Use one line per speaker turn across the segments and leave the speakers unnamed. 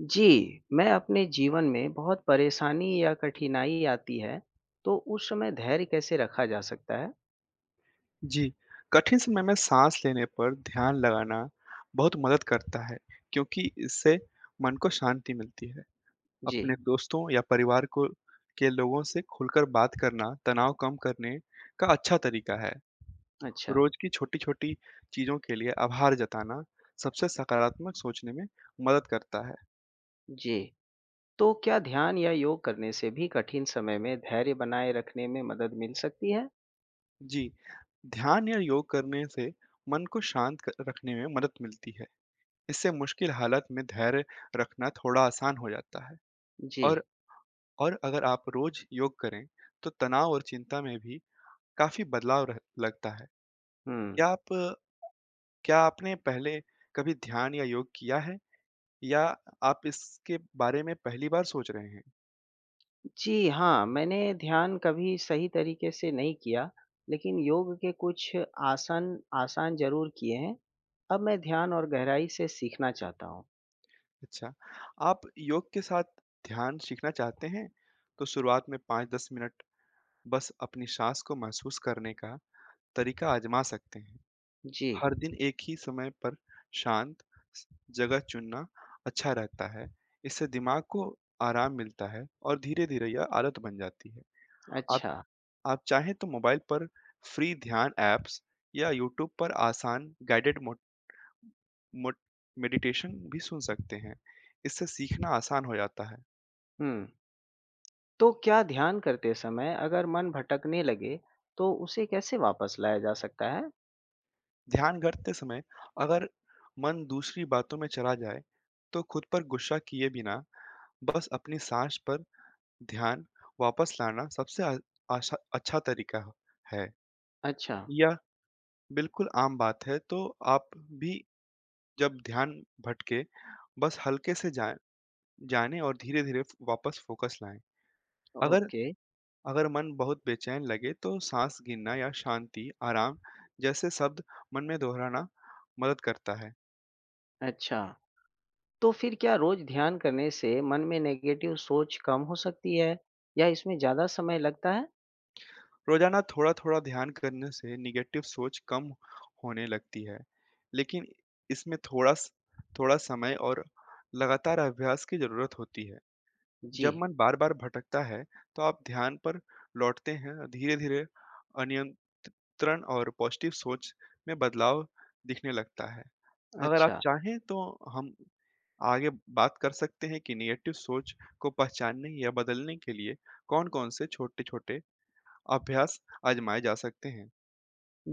जी, मैं अपने जीवन में बहुत परेशानी या कठिनाई आती है, तो उस समय धैर्य कैसे रखा जा सकता है?
जी, कठिन समय में साँस लेने पर ध्यान लगाना बहुत मदद करता है, क्योंकि इससे मन को शांति मिलती है। अपने
जी।
दोस्तों या परिवार को के लोगों से खुलकर बात करना तनाव कम करने का अच्छा तरीका है।
अच्छा।
रोज की छोटी-छोटी चीज़ों के लिए आभार जताना सबसे सकारात्मक सोचने में मदद करता है।
जी। तो क्या ध्यान या योग करने से भी कठिन समय में धैर्य बनाए रखने में मदद मिल सकती है?
जी, ध्यान या योग करने से मन को शांत क रखने में मदद मिलती है। इससे मुश्किल हालत में धैर्य रखना थोड़ा आसान हो जाता है
जी।
और और अगर आप रोज योग करें तो तनाव और चिंता में भी काफी लगता है।
हुँ।
क्या आप क्या आपने पहले कभी ध्यान या योग किया है या आप इसके बारे में पहली बार सोच रहे हैं।
जी हाँ, मैंने ध्यान कभी सही तरीके से नहीं किया, लेकिन योग के कुछ आसन आसान ज़रूर किए हैं। अब मैं ध्यान और गहराई से सीखना चाहता हूँ।
अच्छा, आप योग के साथ ध्यान सीखना चाहते हैं तो शुरुआत में 5-10 मिनट बस अपनी सांस को महसूस करने का तरीका आजमा सकते हैं।
जी।
हर दिन एक ही समय पर शांत स- जगह चुनना अच्छा रहता है। इससे दिमाग को आराम मिलता है और धीरे धीरे यह आदत बन जाती है। आप
अच्छा।
आप चाहें तो मोबाइल पर फ्री ध्यान ऐप्स या यूट्यूब पर आसान गाइडेड मोट, मोट, मेडिटेशन भी सुन सकते हैं। इससे सीखना आसान हो जाता है।
हुँ। तो क्या ध्यान करते समय अगर मन भटकने लगे, तो उसे कैसे वापस लाया जा सकता है?
ध्यान करते समय अगर मन दूसरी बातों में चला जाए तो खुद पर गुस्सा किए बिना बस अपनी सांस पर ध्यान वापस लाना सबसे अच्छा तरीका है।
अच्छा।
यह बिल्कुल आम बात है, तो आप भी जब ध्यान भटके बस हल्के से जाने और धीरे धीरे वापस फोकस लाएं। अगर
ओके।
अगर मन बहुत बेचैन लगे तो सांस गिनना या शांति आराम जैसे शब्द मन में दोहराना मदद करता है।
अच्छा। तो फिर क्या रोज ध्यान करने से मन में नेगेटिव सोच कम हो सकती है या इसमें ज़्यादा समय लगता है?
रोजाना थोड़ा-थोड़ा ध्यान करने से नेगेटिव सोच कम होने लगती है, लेकिन इसमें थोड़ा समय और लगातार अभ्यास की ज़रूरत होती है। जब
जी।
मन बार-बार भटकता है, तो आप ध्यान पर लौटते हैं और धीरे-धीरे अनियंत्रण और पॉजिटिव सोच में बदलाव दिखने लगता है। अगर आप
अच्छा।
चाहें तो हम आगे बात कर सकते हैं कि नेगेटिव सोच को पहचानने या बदलने के लिए कौन-कौन से छोटे-छोटे अभ्यास आजमाए जा सकते हैं।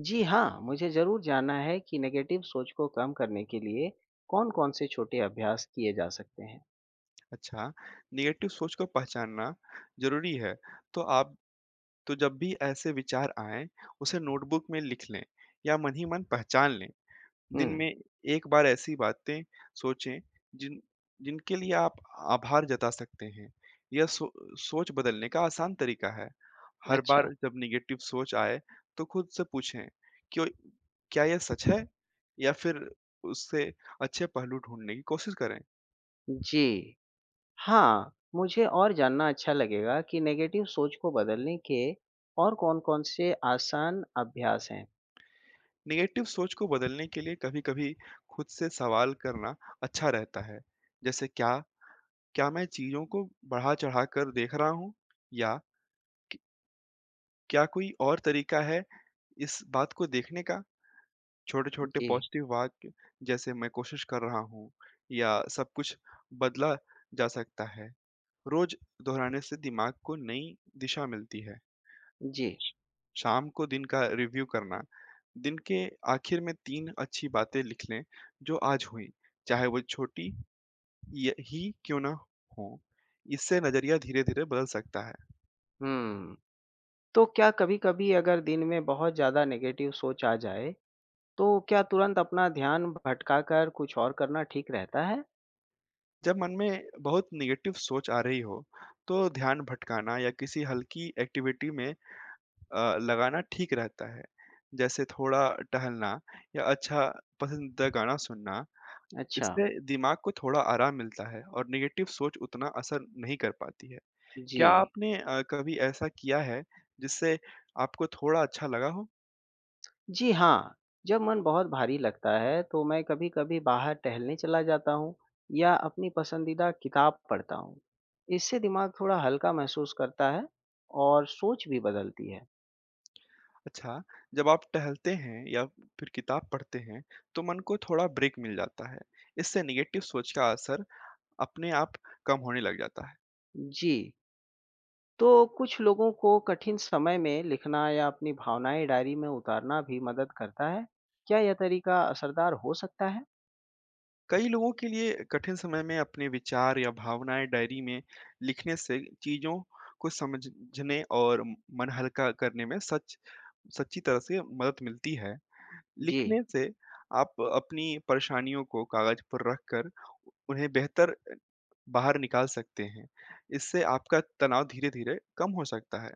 जी हाँ, मुझे ज़रूर जानना है कि नेगेटिव सोच को कम करने के लिए कौन-कौन से छोटे अभ्यास किए जा सकते हैं।
अच्छा, नेगेटिव सोच को पहचानना ज़रूरी है, तो आप तो जब भी ऐसे विचार आएँ, उसे नोटबुक में लिख लें या मन ही मन पहचान लें।
हुँ।
दिन में एक बार ऐसी बातें सोचें, जिन जिनके लिए आप आभार जता सकते हैं। यह सो सोच बदलने का आसान तरीका है। हर
अच्छा।
बार जब नेगेटिव सोच आए, तो खुद से पूछें, "क्यों क्या यह सच है?" या फिर उससे अच्छे पहलू ढूँढने की कोशिश करें।
जी। हाँ, मुझे और जानना अच्छा लगेगा कि नेगेटिव सोच को बदलने के और कौन-कौन से आसान अभ्यास हैं?
नेगेटिव सोच को बदलने के लिए कभी-कभी खुद से सवाल करना अच्छा रहता है। जैसे क्या क्या मैं चीज़ों को बढ़ा-चढ़ा कर देख रहा हूँ? या क क्या कोई और तरीका है इस बात को देखने का? छोटे-छोटे
जी।
पॉजिटिव वाक्य जैसे मैं कोशिश कर रहा हूँ या सब कुछ बदला जा सकता है। रोज़ दोहराने से दिमाग को नई दिशा मिलती है।
जी।
शाम को दिन का रिव्यू करना, दिन के आखिर में तीन अच्छी बातें लिख लें जो आज हुई, चाहे वो छोटी ही क्यों ना हो। इससे नजरिया धीरे धीरे बदल सकता है।
हुँ। तो क्या कभी-कभी अगर दिन में बहुत ज़्यादा नेगेटिव सोच आ जाए, तो क्या तुरंत अपना ध्यान भटकाकर कुछ और करना ठीक रहता है?
जब मन में बहुत निगेटिव सोच आ रही हो तो ध्यान भटकाना या किसी हल्की एक्टिविटी में लगाना ठीक रहता है, जैसे थोड़ा टहलना या अच्छा पसंदीदा गाना सुनना।
अच्छा।
इससे दिमाग को थोड़ा आराम मिलता है और निगेटिव सोच उतना असर नहीं कर पाती है।
जी।
क्या आपने कभी ऐसा किया है जिससे आपको थोड़ा अच्छा लगा हो?
जी हाँ, जब मन बहुत भारी लगता है तो मैं कभी-कभी बाहर टहलने चला जाता हूँ या अपनी पसंदीदा किताब पढ़ता हूँ। इससे दिमाग थोड़ा हल्का महसूस करता है और सोच भी बदलती है।
अच्छा, जब आप टहलते हैं या फिर किताब पढ़ते हैं, तो मन को थोड़ा ब्रेक मिल जाता है। इससे नेगेटिव सोच का असर अपने आप कम होने लग जाता है।
जी, तो कुछ लोगों को कठिन समय में लिखना या अपनी भावनाएं डायरी में उतारना भी मदद करता है। क्या यह तरीका असरदार हो सकता है?
कई लोगों के लिए कठिन समय में अपने विचार या भावनाएँ डायरी में लिखने से चीज़ों को समझने और मन हल्का करने में सच सच्ची तरह से मदद मिलती है।
जी।
लिखने से आप अपनी परेशानियों को कागज पर रख कर उन्हें बेहतर बाहर निकाल सकते हैं। इससे आपका तनाव धीरे-धीरे कम हो सकता है।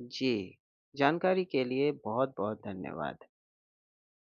जी। जानकारी के लिए बहुत-बहुत धन्यवाद।